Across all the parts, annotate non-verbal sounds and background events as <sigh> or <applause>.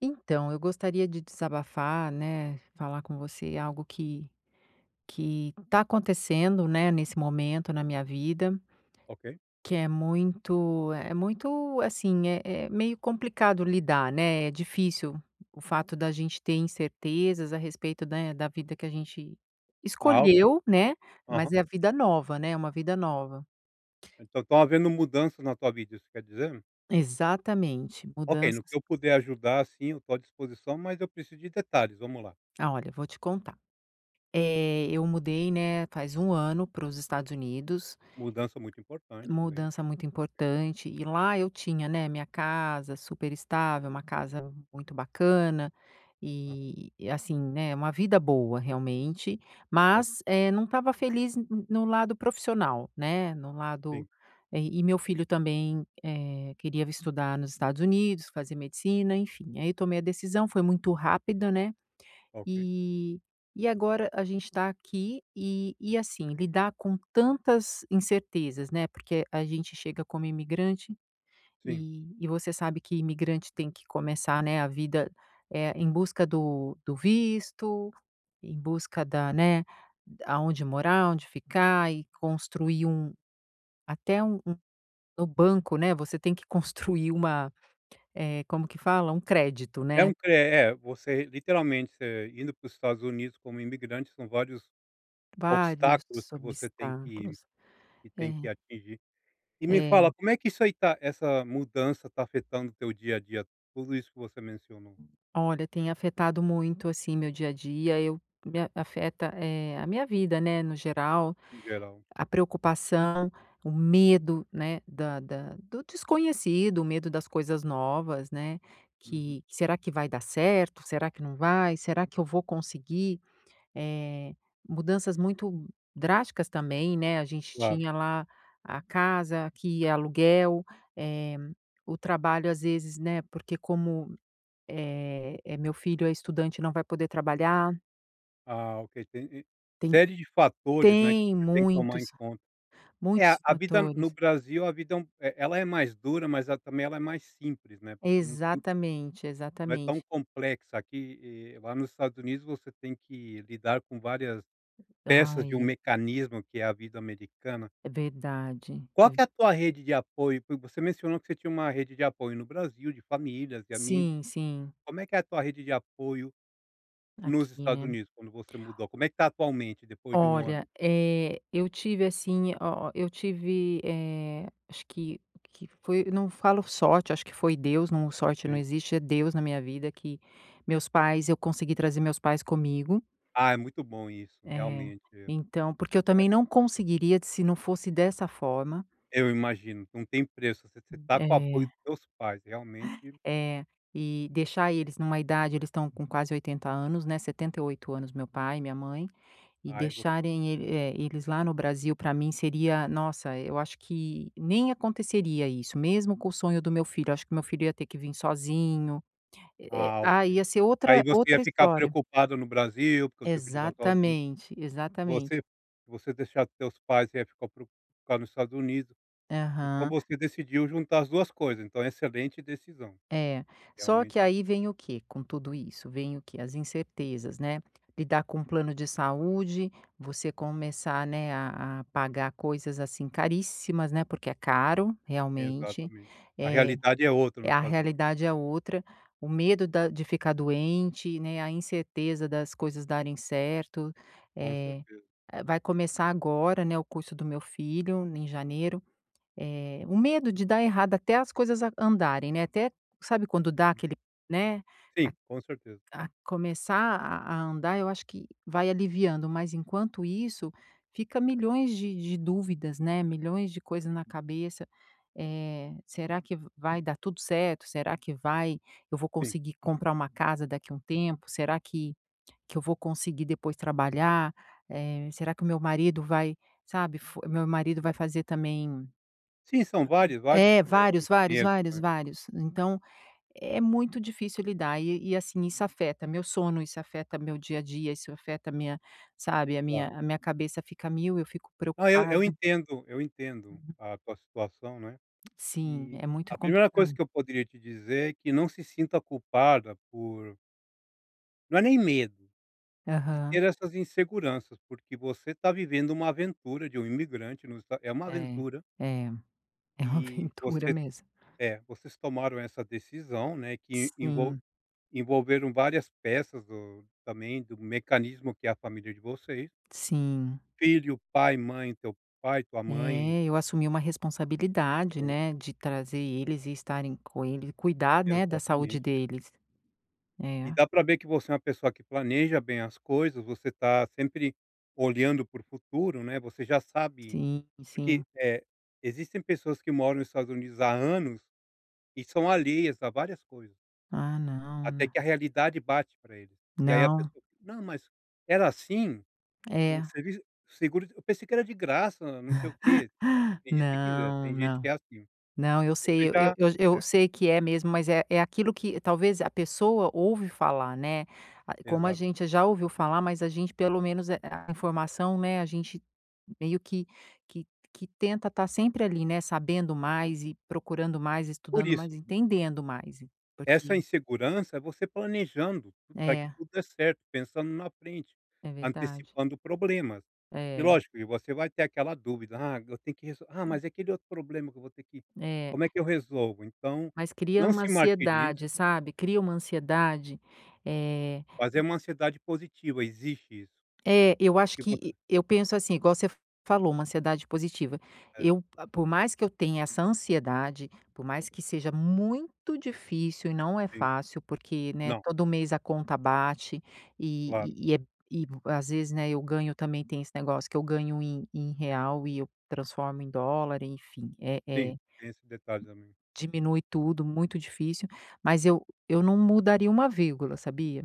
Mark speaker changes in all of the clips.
Speaker 1: Então, eu gostaria de desabafar, né, falar com você algo que está acontecendo, né, nesse momento na minha vida,
Speaker 2: Ok.
Speaker 1: que é muito, assim, é meio complicado lidar, né, é difícil o fato da gente ter incertezas a respeito, da vida que a gente
Speaker 2: Ah, ok.
Speaker 1: escolheu, né, mas
Speaker 2: Aham.
Speaker 1: é a vida nova, né, é uma vida nova.
Speaker 2: Então estão havendo mudanças na tua vida, isso quer dizer?
Speaker 1: Exatamente,
Speaker 2: Ok, no
Speaker 1: mudanças.
Speaker 2: que eu puder ajudar, sim, eu estou à disposição, mas eu preciso de detalhes, vamos lá.
Speaker 1: Ah, olha, vou te contar. Eu mudei, né, faz um ano para os Estados Unidos.
Speaker 2: Mudança muito importante, bem.
Speaker 1: Mudança muito importante, e lá eu tinha, né, minha casa super estável, uma casa muito bacana,
Speaker 2: Aham,
Speaker 1: e assim, né, uma vida boa realmente,
Speaker 2: ok,
Speaker 1: mas, não estava feliz n no lado profissional, né, no lado,
Speaker 2: sim,
Speaker 1: e meu filho também, queria estudar nos Estados Unidos, fazer medicina, enfim, aí eu tomei a decisão, foi muito rápida, né.
Speaker 2: ok,
Speaker 1: E e agora a gente está aqui e assim, lidar com tantas incertezas, né, porque a gente chega como imigrante
Speaker 2: sim.
Speaker 1: e você sabe que imigrante tem que começar, né, a vida, é em busca do visto, em busca da né, aonde morar, onde ficar e construir um até um no banco, né, você tem que <laughs> construir uma, como que fala? Um crédito,
Speaker 2: É
Speaker 1: né.
Speaker 2: um cre é, você literalmente, você indo para os Estados Unidos como imigrante, são vários
Speaker 1: Vários
Speaker 2: obstáculos que você tem que
Speaker 1: obstáculos.
Speaker 2: que tem que
Speaker 1: É,
Speaker 2: atingir. E me
Speaker 1: é.
Speaker 2: fala, como é que isso aí tá essa mudança está afetando o teu dia a dia? Tudo isso que você mencionou,
Speaker 1: Olha, tem afetado muito, assim, meu dia a dia, eu me a afeta, a minha vida, né, no geral,
Speaker 2: no geral.
Speaker 1: a preocupação, o medo, né, da da do desconhecido, o medo das coisas novas, né,
Speaker 2: Uhum.
Speaker 1: que será que vai dar certo? Será que não vai? Será que eu vou conseguir? Eh, mudanças muito drásticas também, né, a gente
Speaker 2: Claro.
Speaker 1: tinha lá a casa, aqui é aluguel, eh, o trabalho às vezes, né, porque como é "Meu filho é estudante não vai poder trabalhar",
Speaker 2: Ah, ok, tem e
Speaker 1: tem
Speaker 2: série de fatores, né, que
Speaker 1: tem
Speaker 2: você tem que tomar em
Speaker 1: muitos,
Speaker 2: conta. É,
Speaker 1: muitos
Speaker 2: a vida no
Speaker 1: fatores.
Speaker 2: Brasil, a vida é um eh, ela é mais dura, mas ela também ela é mais simples, né, porque não tem
Speaker 1: Exatamente,
Speaker 2: não é tão
Speaker 1: exatamente.
Speaker 2: complexa. Aqui, lá nos Estados Unidos você tem que lidar com várias peças de um
Speaker 1: Ai,
Speaker 2: mecanismo que é a vida americana.
Speaker 1: é verdade.
Speaker 2: Qual
Speaker 1: É,
Speaker 2: que é a tua rede de apoio? Porque você mencionou que você tinha uma rede de apoio no Brasil, de famílias, de amigos.
Speaker 1: sim, sim,
Speaker 2: Como é que é a tua rede de apoio nos
Speaker 1: aqui,
Speaker 2: Estados
Speaker 1: né.
Speaker 2: Unidos, quando você mudou? Como é que tá atualmente, depois de um ano?
Speaker 1: Olha, eu tive assim, ó eu tive, acho que foi, não falo sorte, acho que foi Deus, não, sorte não
Speaker 2: Sim.
Speaker 1: existe, é Deus na minha vida que meus pais eu consegui trazer meus pais comigo.
Speaker 2: Ah, é muito bom isso,
Speaker 1: É,
Speaker 2: realmente,
Speaker 1: então porque eu também não conseguiria se não fosse dessa forma,
Speaker 2: eu imagino, não tem preço, você tá com o apoio
Speaker 1: eh
Speaker 2: dos seus pais, realmente,
Speaker 1: eh, e deixar eles numa idade, eles estão com quase 80 anos, né, 78 anos, meu pai, minha mãe, e
Speaker 2: aí você
Speaker 1: deixarem eles lá no Brasil, para mim seria nossa, eu acho que nem aconteceria isso, mesmo com o sonho do meu filho. Eu acho que meu filho ia ter que vir sozinho,
Speaker 2: ah,
Speaker 1: ah,
Speaker 2: ok.
Speaker 1: ia ser
Speaker 2: Aí
Speaker 1: outra
Speaker 2: você ia
Speaker 1: outra
Speaker 2: ficar
Speaker 1: história.
Speaker 2: preocupado no Brasil, porque o teu filho está sozinho,
Speaker 1: Exatamente,
Speaker 2: se você
Speaker 1: exatamente.
Speaker 2: se você deixar teus pais, você ia ficar preocupado nos Estados Unidos, então
Speaker 1: Aham.
Speaker 2: você decidiu juntar as 2 coisas, então excelente decisão,
Speaker 1: É, só que
Speaker 2: realmente
Speaker 1: aí vem o que, com tudo isso? Vem o que, as incertezas, né, lidar com um plano de saúde, você começar, né, a pagar coisas, assim, caríssimas, né, porque é caro,
Speaker 2: é
Speaker 1: realmente.
Speaker 2: exatamente. A
Speaker 1: É
Speaker 2: realidade é outra
Speaker 1: é-
Speaker 2: nos
Speaker 1: a
Speaker 2: Estados Unidos,
Speaker 1: realidade é outra, o medo da de ficar doente, né, a incerteza das coisas darem certo,
Speaker 2: com
Speaker 1: é,
Speaker 2: certeza.
Speaker 1: vai começar agora, né, o curso do meu filho em janeiro, o medo de dar errado até as coisas a andarem, né, até sabe quando dá, aquele, né,
Speaker 2: Sim, com certeza,
Speaker 1: a começar a andar, eu acho que vai aliviando, mas enquanto isso, fica milhões de dúvidas, né, milhões de coisas na cabeça, será que vai dar tudo certo? Será que vai? Eu vou
Speaker 2: sim.
Speaker 1: conseguir comprar uma casa daqui a um tempo? Será que eu vou conseguir depois trabalhar? Será que o meu marido vai, sabe, fo meu marido vai fazer também,
Speaker 2: Sim, são vários,
Speaker 1: é, vários, vários,
Speaker 2: medos,
Speaker 1: vários,
Speaker 2: né,
Speaker 1: vários. Então, é muito difícil lidar e, assim, isso afeta meu sono, isso afeta meu dia a dia, isso afeta minha, sabe, a
Speaker 2: claro.
Speaker 1: minha cabeça fica mil, eu fico
Speaker 2: Não, eu
Speaker 1: preocupada.
Speaker 2: entendo, eu entendo a tua situação, né.
Speaker 1: Sim,
Speaker 2: E
Speaker 1: é muito
Speaker 2: a primeira coisa
Speaker 1: complicado.
Speaker 2: que eu poderia te dizer é que não se sinta culpada por não é nem medo, de
Speaker 1: Aham.
Speaker 2: ter essas inseguranças, porque você está vivendo uma aventura de um imigrante nos Esta é uma
Speaker 1: É,
Speaker 2: aventura
Speaker 1: é, é uma <laughs>
Speaker 2: e
Speaker 1: aventura
Speaker 2: você
Speaker 1: mesmo.
Speaker 2: é, vocês tomaram essa decisão, né, que envol
Speaker 1: Sim,
Speaker 2: envolveram várias peças do também do mecanismo que é a família de vocês,
Speaker 1: sim.
Speaker 2: filho, pai, mãe, teu pai, tua mãe,
Speaker 1: É, eu assumi uma responsabilidade,
Speaker 2: eh,
Speaker 1: né, de trazer eles e estarem com eles, cuidar, né, da
Speaker 2: exatamente.
Speaker 1: saúde deles.
Speaker 2: E
Speaker 1: É,
Speaker 2: dá para ver que você é uma pessoa que planeja bem as coisas, você tá sempre olhando para o futuro, né, você já sabe
Speaker 1: sim,
Speaker 2: porque,
Speaker 1: sim.
Speaker 2: existem pessoas que moram nos Estados Unidos há anos e são alheias a várias coisas,
Speaker 1: Ah, não,
Speaker 2: até
Speaker 1: não.
Speaker 2: que a realidade bate para eles. E aí a
Speaker 1: Não,
Speaker 2: pessoa: "Não, mas era assim? O
Speaker 1: é.
Speaker 2: serviço o seguro eu pensei que era de graça, não sei o quê". Acredite se quiser,
Speaker 1: Não,
Speaker 2: tem gente que
Speaker 1: não.
Speaker 2: é assim.
Speaker 1: Não, eu
Speaker 2: Você
Speaker 1: sei, eu eu
Speaker 2: já
Speaker 1: eu
Speaker 2: é,
Speaker 1: eu sei que é mesmo, mas é aquilo que talvez a pessoa ouve falar, né, a como a
Speaker 2: exato.
Speaker 1: gente já ouviu falar, mas a gente pelo menos, a informação, né, a gente meio que que tenta estar sempre ali, né, sabendo mais e procurando mais,
Speaker 2: Por
Speaker 1: estudando mais,
Speaker 2: isso
Speaker 1: entendendo mais,
Speaker 2: essa
Speaker 1: porque
Speaker 2: insegurança é você planejando para que
Speaker 1: é,
Speaker 2: tudo dê certo, pensando na frente,
Speaker 1: é verdade.
Speaker 2: antecipando problemas. E
Speaker 1: É,
Speaker 2: lógico que você vai ter aquela dúvida: "Ah, eu tenho que reso ah, mas é aquele outro problema que eu vou ter que
Speaker 1: é.
Speaker 2: como é que eu resolvo?". Então,
Speaker 1: Mas cria
Speaker 2: não
Speaker 1: uma
Speaker 2: se martirize,
Speaker 1: ansiedade, sabe, cria uma ansiedade, é.
Speaker 2: mas é uma ansiedade positiva, existe isso,
Speaker 1: É, eu acho
Speaker 2: porque você
Speaker 1: que eu penso assim, igual você falou, uma ansiedade positiva.
Speaker 2: é,
Speaker 1: Eu, ah, por mais que eu tenha essa ansiedade, por mais que seja muito difícil e não é
Speaker 2: sim.
Speaker 1: fácil, porque, né,
Speaker 2: Não,
Speaker 1: todo mês a conta bate
Speaker 2: claro.
Speaker 1: e, e, e é- e às vezes, né, eu ganho, também tem esse negócio que eu ganho em real e eu transformo em dólar, enfim, é,
Speaker 2: Sim,
Speaker 1: é,
Speaker 2: tem esse detalhe também.
Speaker 1: diminui tudo, muito difícil, mas eu não mudaria uma vírgula, sabia?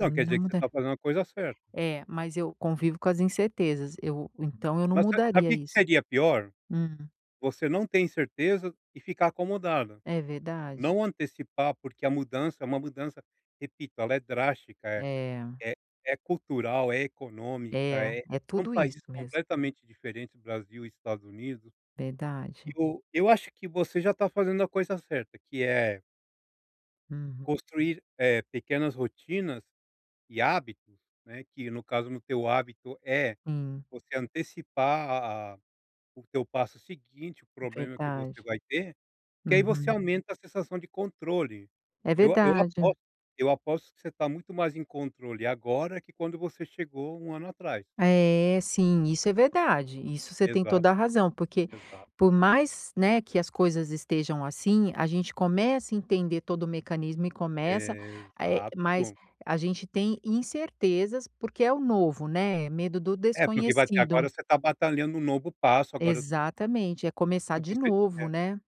Speaker 1: Eu
Speaker 2: quer
Speaker 1: não
Speaker 2: dizer que você está
Speaker 1: mudaria.
Speaker 2: fazendo a coisa certa.
Speaker 1: É, mas eu convivo com as incertezas, eu então eu não
Speaker 2: Mas sa sabe
Speaker 1: mudaria
Speaker 2: o que que
Speaker 1: isso.
Speaker 2: seria pior?
Speaker 1: Hum,
Speaker 2: Você não tem certeza e ficar acomodada.
Speaker 1: é verdade.
Speaker 2: Não antecipar, porque a mudança é uma mudança, repito, ela é drástica,
Speaker 1: É,
Speaker 2: é é cultural, é econômica,
Speaker 1: é,
Speaker 2: é
Speaker 1: é
Speaker 2: são
Speaker 1: tudo
Speaker 2: países
Speaker 1: isso mesmo,
Speaker 2: completamente diferentes, Brasil e Estados Unidos.
Speaker 1: verdade.
Speaker 2: Eu acho que você já está fazendo a coisa certa, que é
Speaker 1: Uhum,
Speaker 2: construir, pequenas rotinas e hábitos, né, que no caso no teu hábito é
Speaker 1: sim,
Speaker 2: você antecipar a o teu passo seguinte, o problema que
Speaker 1: verdade.
Speaker 2: você vai ter, que aí você
Speaker 1: Uhum,
Speaker 2: aumenta a sensação de controle.
Speaker 1: é
Speaker 2: Eu eu
Speaker 1: verdade.
Speaker 2: aposto eu aposto que você está muito mais em controle agora que quando você chegou um ano atrás.
Speaker 1: É, sim, isso é verdade. Isso você tem
Speaker 2: Exato,
Speaker 1: toda a razão, porque
Speaker 2: exato,
Speaker 1: por mais, né, que as coisas estejam assim, a gente começa a entender todo o mecanismo e começa,
Speaker 2: exato.
Speaker 1: mas a gente tem incertezas porque é o novo, né? Medo do
Speaker 2: É, porque vai ter agora
Speaker 1: desconhecido.
Speaker 2: você está batalhando um novo passo, agora
Speaker 1: Exatamente, é começar
Speaker 2: se
Speaker 1: de
Speaker 2: você
Speaker 1: novo,
Speaker 2: é
Speaker 1: né?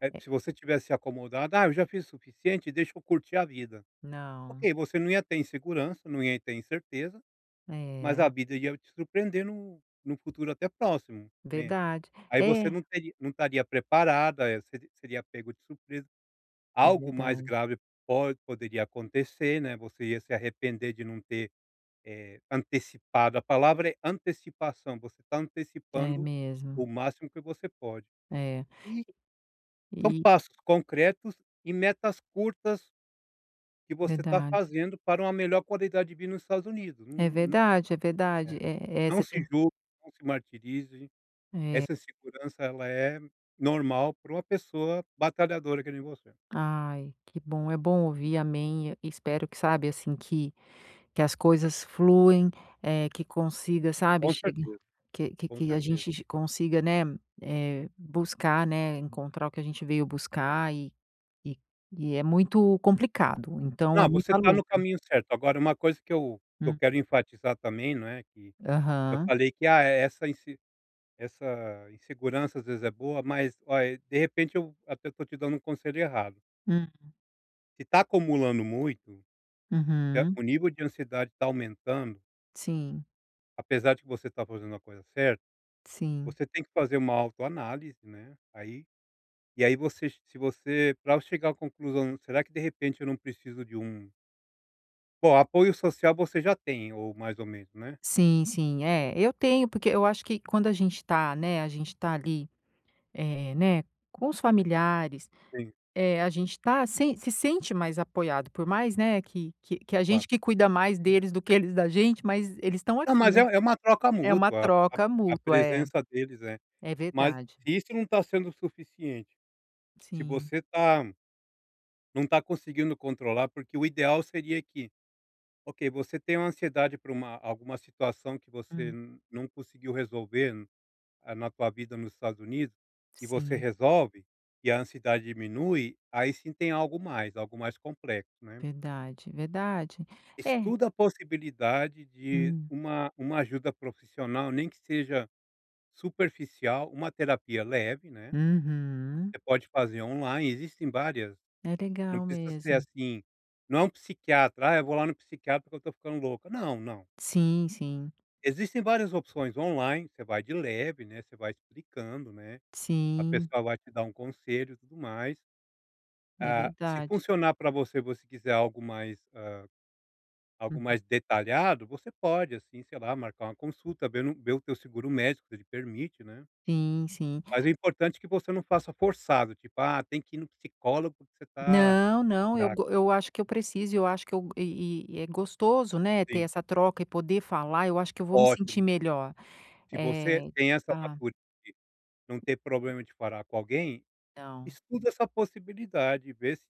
Speaker 2: é, se você tivesse se acomodado: "Ah, eu já fiz o suficiente, deixa eu curtir a vida".
Speaker 1: Não,
Speaker 2: Ok, você não ia ter insegurança, não ia ter incerteza, mas
Speaker 1: é
Speaker 2: a vida ia te surpreender no num futuro até próximo, né.
Speaker 1: verdade.
Speaker 2: Aí você
Speaker 1: É,
Speaker 2: não estaria preparada, seria pego de surpresa.
Speaker 1: é
Speaker 2: Algo mais
Speaker 1: verdade.
Speaker 2: grave poderia acontecer, né, você ia se arrepender de não ter, antecipado, a palavra é antecipação, você está
Speaker 1: É
Speaker 2: antecipando
Speaker 1: mesmo.
Speaker 2: o máximo que você pode.
Speaker 1: É.
Speaker 2: E são
Speaker 1: E
Speaker 2: passos concretos e metas curtas que você está
Speaker 1: verdade.
Speaker 2: fazendo para uma melhor qualidade de vida nos Estados Unidos.
Speaker 1: É
Speaker 2: Não
Speaker 1: verdade, é
Speaker 2: é,
Speaker 1: verdade. É, é,
Speaker 2: não
Speaker 1: você
Speaker 2: se
Speaker 1: tem,
Speaker 2: julgue, não se martirize,
Speaker 1: é.
Speaker 2: essa insegurança ela é normal para uma pessoa batalhadora que nem você.
Speaker 1: Ai, que bom, é bom ouvir, amém. E espero que, sabe, assim, que as coisas fluem, que consiga, sabe,
Speaker 2: Com
Speaker 1: chega
Speaker 2: certeza,
Speaker 1: que que
Speaker 2: com
Speaker 1: que a
Speaker 2: certeza.
Speaker 1: gente consiga, né, buscar, né, encontrar o que a gente veio buscar e e é muito complicado, então é
Speaker 2: Não, você
Speaker 1: muita
Speaker 2: está no
Speaker 1: luta.
Speaker 2: caminho certo. Agora uma coisa que eu
Speaker 1: Hum.
Speaker 2: quero enfatizar também, não é, que eu
Speaker 1: Aham.
Speaker 2: falei que, ah, é, essa insegurança às vezes é boa, mas olha, de repente eu até estou te dando um conselho errado.
Speaker 1: Hum.
Speaker 2: Se tá acumulando muito, se a
Speaker 1: Uhum.
Speaker 2: o nível de ansiedade tá aumentando,
Speaker 1: Sim,
Speaker 2: apesar de que você tá fazendo a coisa certa,
Speaker 1: sim.
Speaker 2: você tem que fazer uma autoanálise, né, aí e aí você se você para chegar à conclusão, será que de repente eu não preciso de um bom, apoio social você já tem ou mais ou menos, né?
Speaker 1: Sim, sim. É, eu tenho, porque eu acho que quando a gente tá, né, a gente tá ali, né, com os familiares.
Speaker 2: Sim,
Speaker 1: É, a gente tá sem se sente mais apoiado, por mais, né, que a gente
Speaker 2: claro.
Speaker 1: que cuida mais deles do que eles da gente, mas eles estão
Speaker 2: Não,
Speaker 1: aqui,
Speaker 2: mas é
Speaker 1: né.
Speaker 2: é uma troca
Speaker 1: É uma
Speaker 2: mútua,
Speaker 1: troca
Speaker 2: a
Speaker 1: mútua, é.
Speaker 2: presença deles né?
Speaker 1: É
Speaker 2: Mas
Speaker 1: verdade.
Speaker 2: se isso não está sendo suficiente, se
Speaker 1: Sim.
Speaker 2: você tá não está conseguindo controlar, porque o ideal seria que, ok, você tem uma ansiedade por uma alguma situação que você
Speaker 1: Hum.
Speaker 2: n- não conseguiu resolver, n- ah, na tua vida nos Estados Unidos, e você
Speaker 1: Sim.
Speaker 2: resolve, e a ansiedade diminui, aí sim tem algo mais complexo, né.
Speaker 1: Verdade, verdade. É.
Speaker 2: Estuda a possibilidade de
Speaker 1: Hum.
Speaker 2: uma ajuda profissional, nem que seja superficial, uma terapia leve, né,
Speaker 1: Uhum.
Speaker 2: você pode fazer online, existem várias,
Speaker 1: É
Speaker 2: não
Speaker 1: legal
Speaker 2: precisa ser
Speaker 1: mesmo.
Speaker 2: assim, não é um psiquiatra: "Ah, eu vou lá no psiquiatra porque eu estou ficando louca", não, não.
Speaker 1: Sim, sim.
Speaker 2: Existem várias opções online, você vai de leve, né, você vai explicando, né, a
Speaker 1: Sim,
Speaker 2: pessoa vai te dar um conselho e tudo mais.
Speaker 1: é
Speaker 2: Ah, se
Speaker 1: verdade.
Speaker 2: funcionar para você, você quiser algo mais, algo
Speaker 1: Uhum.
Speaker 2: mais detalhado, você pode, assim, sei lá, marcar uma consulta, ver no ver o teu seguro médico se ele permite, né.
Speaker 1: Sim, sim.
Speaker 2: Mas o importante é que você não faça forçado, tipo: "Ah, tem que ir no psicólogo porque você tá
Speaker 1: Não, não,
Speaker 2: fraca".
Speaker 1: eu acho que eu preciso, eu acho que eu e é gostoso, né, ter
Speaker 2: Sim,
Speaker 1: essa troca e poder falar, eu acho que eu vou me sentir
Speaker 2: ótimo.
Speaker 1: melhor.
Speaker 2: Se você
Speaker 1: É.
Speaker 2: tem essa
Speaker 1: Ah,
Speaker 2: maturidade não ter problema de falar com alguém,
Speaker 1: não,
Speaker 2: estuda essa possibilidade e vê se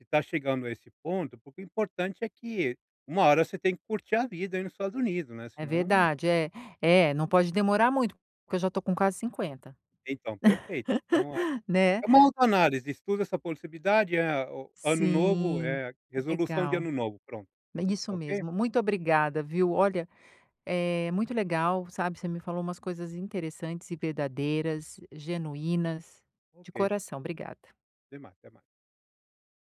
Speaker 2: está chegando a esse ponto, porque o importante é que uma hora você tem que curtir a vida aí nos Estados Unidos, né,
Speaker 1: é
Speaker 2: senão
Speaker 1: verdade, é, não pode demorar muito, porque eu já tô com quase 50,
Speaker 2: então, perfeito. Então
Speaker 1: <laughs> né.
Speaker 2: é uma autoanálise, estuda essa possibilidade, o ano novo,
Speaker 1: Sim,
Speaker 2: é resolução de
Speaker 1: legal.
Speaker 2: ano novo, pronto,
Speaker 1: Isso
Speaker 2: ok?
Speaker 1: mesmo, muito obrigada, viu. Olha, é muito legal, sabe, você me falou umas coisas interessantes e verdadeiras, genuínas, de
Speaker 2: Ok,
Speaker 1: coração, obrigada.
Speaker 2: demais, mais, até mais.